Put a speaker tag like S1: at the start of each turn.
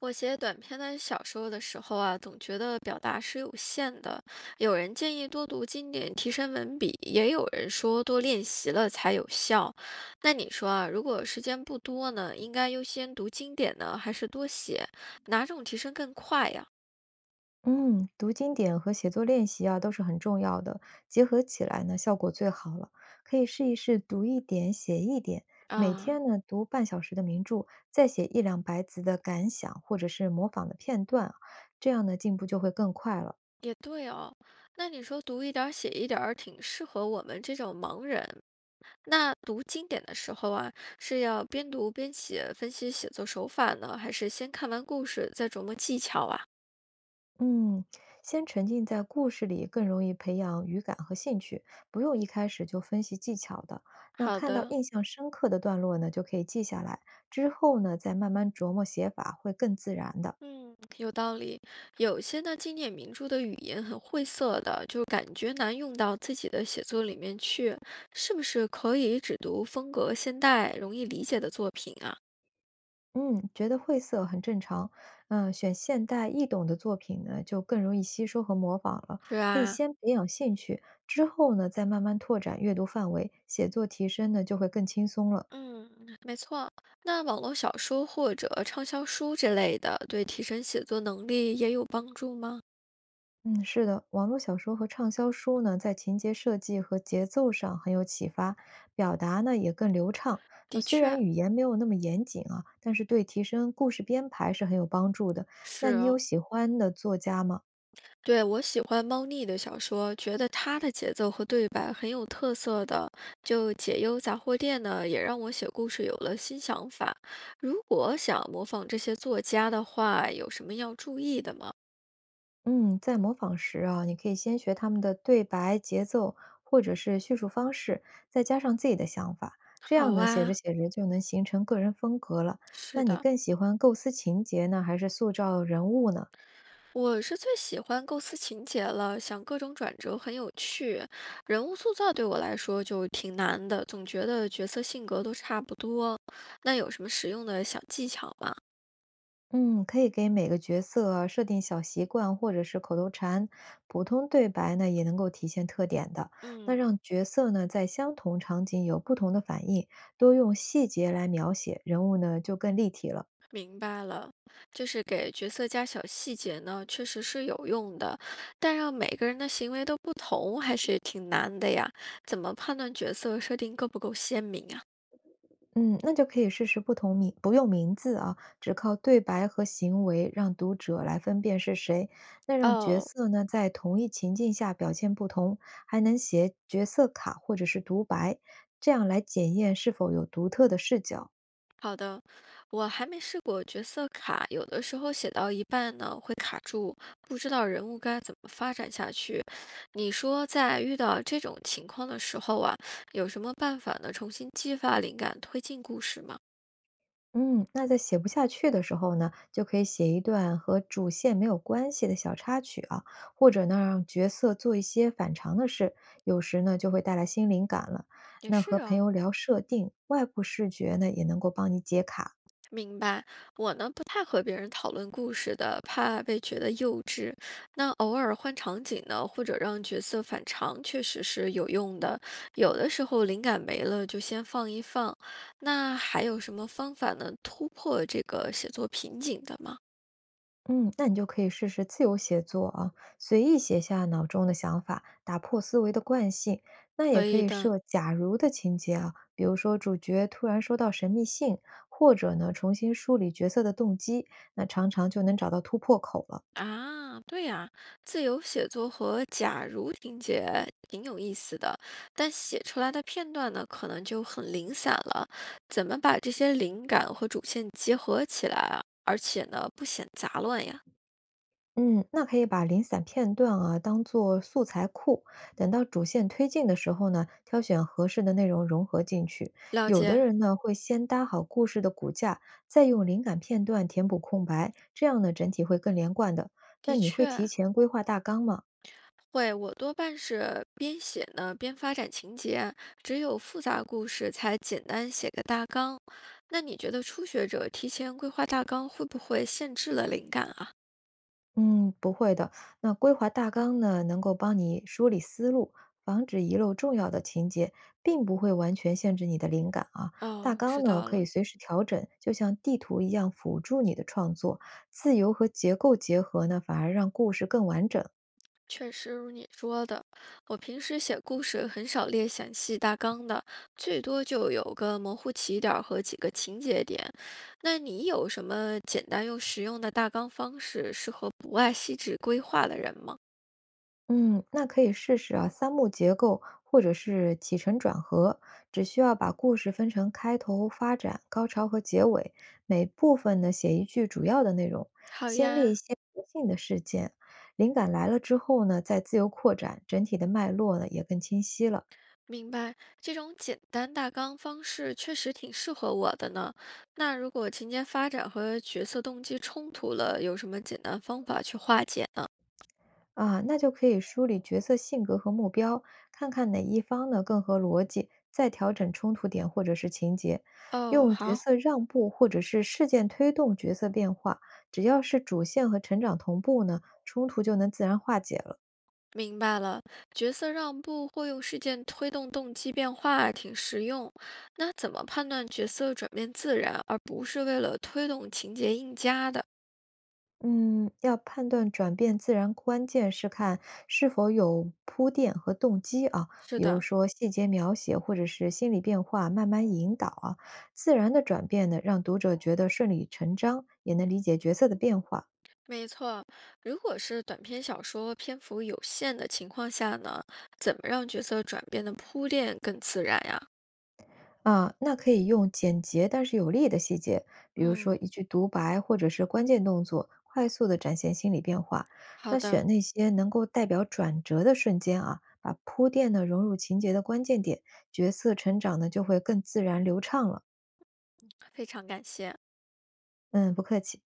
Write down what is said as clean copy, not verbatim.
S1: 我写短篇的小说的时候啊，总觉得表达是有限的。有人建议多读经典提升文笔，也有人说多练习了才有效。那你说啊，如果时间不多呢，应该优先读经典呢，还是多写？哪种提升更快呀？
S2: 嗯，读经典和写作练习啊都是很重要的，结合起来呢，效果最好了。可以试一试读一点，写一点，每
S1: 啊，
S2: 天呢读30分钟的名著，再写100到200字的感想或者是模仿的片段啊，这样呢进步就会更快了。
S1: 也对哦。那你说读一点儿写一点儿，挺适合我们这种盲人。那读经典的时候啊，是要边读边写，分析写作手法呢，还是先看完故事再琢磨技巧啊？
S2: 嗯，先沉浸在故事里，更容易培养语感和兴趣，不用一开始就分析技巧的。那
S1: 好
S2: 看到
S1: 的，
S2: 印象深刻的段落呢，就可以记下来，之后呢再慢慢琢磨写法，会更自然的。
S1: 嗯，有道理。有些呢，经典名著的语言很晦涩的，就感觉难用到自己的写作里面去。是不是可以只读风格现代、容易理解的作品啊？
S2: 嗯，觉得晦涩很正常。选现代易懂的作品呢，就更容易吸收和模仿了。
S1: 是
S2: 可以
S1: 啊。
S2: 先培养兴趣，之后呢，再慢慢拓展阅读范围，写作提升呢，就会更轻松了。
S1: 嗯，没错。那网络小说或者畅销书之类的，对提升写作能力也有帮助吗？
S2: 嗯，是的，网络小说和畅销书呢，在情节设计和节奏上很有启发，表达呢也更流畅。那
S1: 的
S2: 虽
S1: 确，
S2: 然语言没有那么严谨啊，但是对提升故事编排是很有帮助的。
S1: 是
S2: 那你有
S1: 哦，
S2: 喜欢的作家吗？
S1: 对，我喜欢猫腻的小说，觉得它的节奏和对白很有特色的。就《解忧杂货店》呢，也让我写故事有了新想法。如果想模仿这些作家的话，有什么要注意的吗？
S2: 嗯，在模仿时啊，你可以先学他们的对白、节奏，或者是叙述方式，再加上自己的想法，这样
S1: 好
S2: 呢，写着
S1: 啊，
S2: 写着就能形成个人风格了。
S1: 是
S2: 那你
S1: 的，
S2: 更喜欢构思情节呢，还是塑造人物呢？
S1: 我是最喜欢构思情节了，想各种转折很有趣。人物塑造对我来说就挺难的，总觉得角色性格都差不多。那有什么实用的小技巧吗？
S2: 嗯，可以给每个角色啊设定小习惯或者是口头禅，普通对白呢也能够体现特点的。那
S1: 嗯。
S2: 让角色呢在相同场景有不同的反应，多用细节来描写人物呢，就更立体了。
S1: 明白了，就是给角色加小细节呢，确实是有用的，但让每个人的行为都不同，还是挺难的呀。怎么判断角色设定够不够鲜明啊？
S2: 嗯，那就可以试试不同名，不用名字啊，只靠对白和行为让读者来分辨是谁。那让角
S1: 哦，
S2: 色呢在同一情境下表现不同，还能写角色卡或者是独白，这样来检验是否有独特的视角。
S1: 好的，我还没试过角色卡，有的时候写到一半呢会卡住，不知道人物该怎么发展下去。你说在遇到这种情况的时候啊，有什么办法呢？重新激发灵感，推进故事吗？
S2: 嗯，那在写不下去的时候呢，就可以写一段和主线没有关系的小插曲啊，或者呢让角色做一些反常的事，有时呢就会带来新灵感了。
S1: 也
S2: 那
S1: 是
S2: 和朋
S1: 啊、
S2: 友聊设定，外部视觉呢也能够帮你解卡。
S1: 明白，我呢不太和别人讨论故事的，怕被觉得幼稚。那偶尔换场景呢，或者让角色反常，确实是有用的。有的时候灵感没了，就先放一放。那还有什么方法能突破这个写作瓶颈的吗？
S2: 嗯，那你就可以试试自由写作啊，随意写下脑中的想法，打破思维的惯性。那也
S1: 可
S2: 可
S1: 以
S2: 以
S1: 的。
S2: 设假如的情节啊，比如说主角突然收到神秘信，或者呢重新梳理角色的动机，那常常就能找到突破口了。
S1: 啊，对呀，自由写作和假如情节挺有意思的，但写出来的片段呢，可能就很零散了。怎么把这些灵感和主线结合起来啊？而且呢，不显杂乱呀？
S2: 嗯，那可以把零散片段啊当做素材库，等到主线推进的时候呢，挑选合适的内容融合进去。
S1: 了
S2: 有的
S1: 解，
S2: 人呢会先搭好故事的骨架，再用灵感片段填补空白，这样呢整体会更连贯的。那
S1: 的
S2: 你会
S1: 确
S2: 提前规划大纲吗？
S1: 会。我多半是边写呢边发展情节啊，只有复杂故事才简单写个大纲。那你觉得初学者提前规划大纲会不会限制了灵感啊？
S2: 嗯，不会的。那规划大纲呢，能够帮你梳理思路，防止遗漏重要的情节，并不会完全限制你的灵感啊。大
S1: 哦，
S2: 纲
S1: 知
S2: 呢，
S1: 道
S2: 可以
S1: 了。
S2: 随时调整，就像地图一样辅助你的创作。自由和结构结合呢，反而让故事更完整。
S1: 确实如你说的，我平时写故事很少列详细大纲的，最多就有个模糊起点儿和几个情节点。那你有什么简单又实用的大纲方式，适合不爱细致规划的人吗？
S2: 嗯，那可以试试啊，3幕结构或者是起承转合，只需要把故事分成开头、发展、高潮和结尾，每部分呢写一句主要的内容，
S1: 好
S2: 先列一
S1: 呀，
S2: 些不幸的事件，灵感来了之后呢，再自由扩展，整体的脉络呢也更清晰了。
S1: 明白。这种简单大纲方式确实挺适合我的呢。那如果情节发展和角色动机冲突了，有什么简单方法去化解呢？
S2: 啊，那就可以梳理角色性格和目标，看看哪一方呢更合逻辑，再调整冲突点或者是情节，
S1: 哦，
S2: 用角
S1: 好。
S2: 色让步或者是事件推动角色变化，只要是主线和成长同步呢，冲突就能自然化解了。
S1: 明白了，角色让步或用事件推动动机变化，挺实用。那怎么判断角色转变自然，而不是为了推动情节硬加的？
S2: 嗯，要判断转变自然，关键是看是否有铺垫和动机啊，
S1: 是
S2: 比如
S1: 的，
S2: 说细节描写或者是心理变化，慢慢引导啊。自然的转变呢，让读者觉得顺理成章，也能理解角色的变化。
S1: 没错。如果是短篇小说篇幅有限的情况下呢，怎么让角色转变的铺垫更自然呀？
S2: 啊，那可以用简洁但是有力的细节，比如
S1: 嗯，
S2: 说一句独白或者是关键动作，快速的展现心理变化。
S1: 好
S2: 那
S1: 的，
S2: 选那些能够代表转折的瞬间啊，把铺垫呢融入情节的关键点，角色成长呢就会更自然流畅了。
S1: 非常感谢。
S2: 嗯，不客气。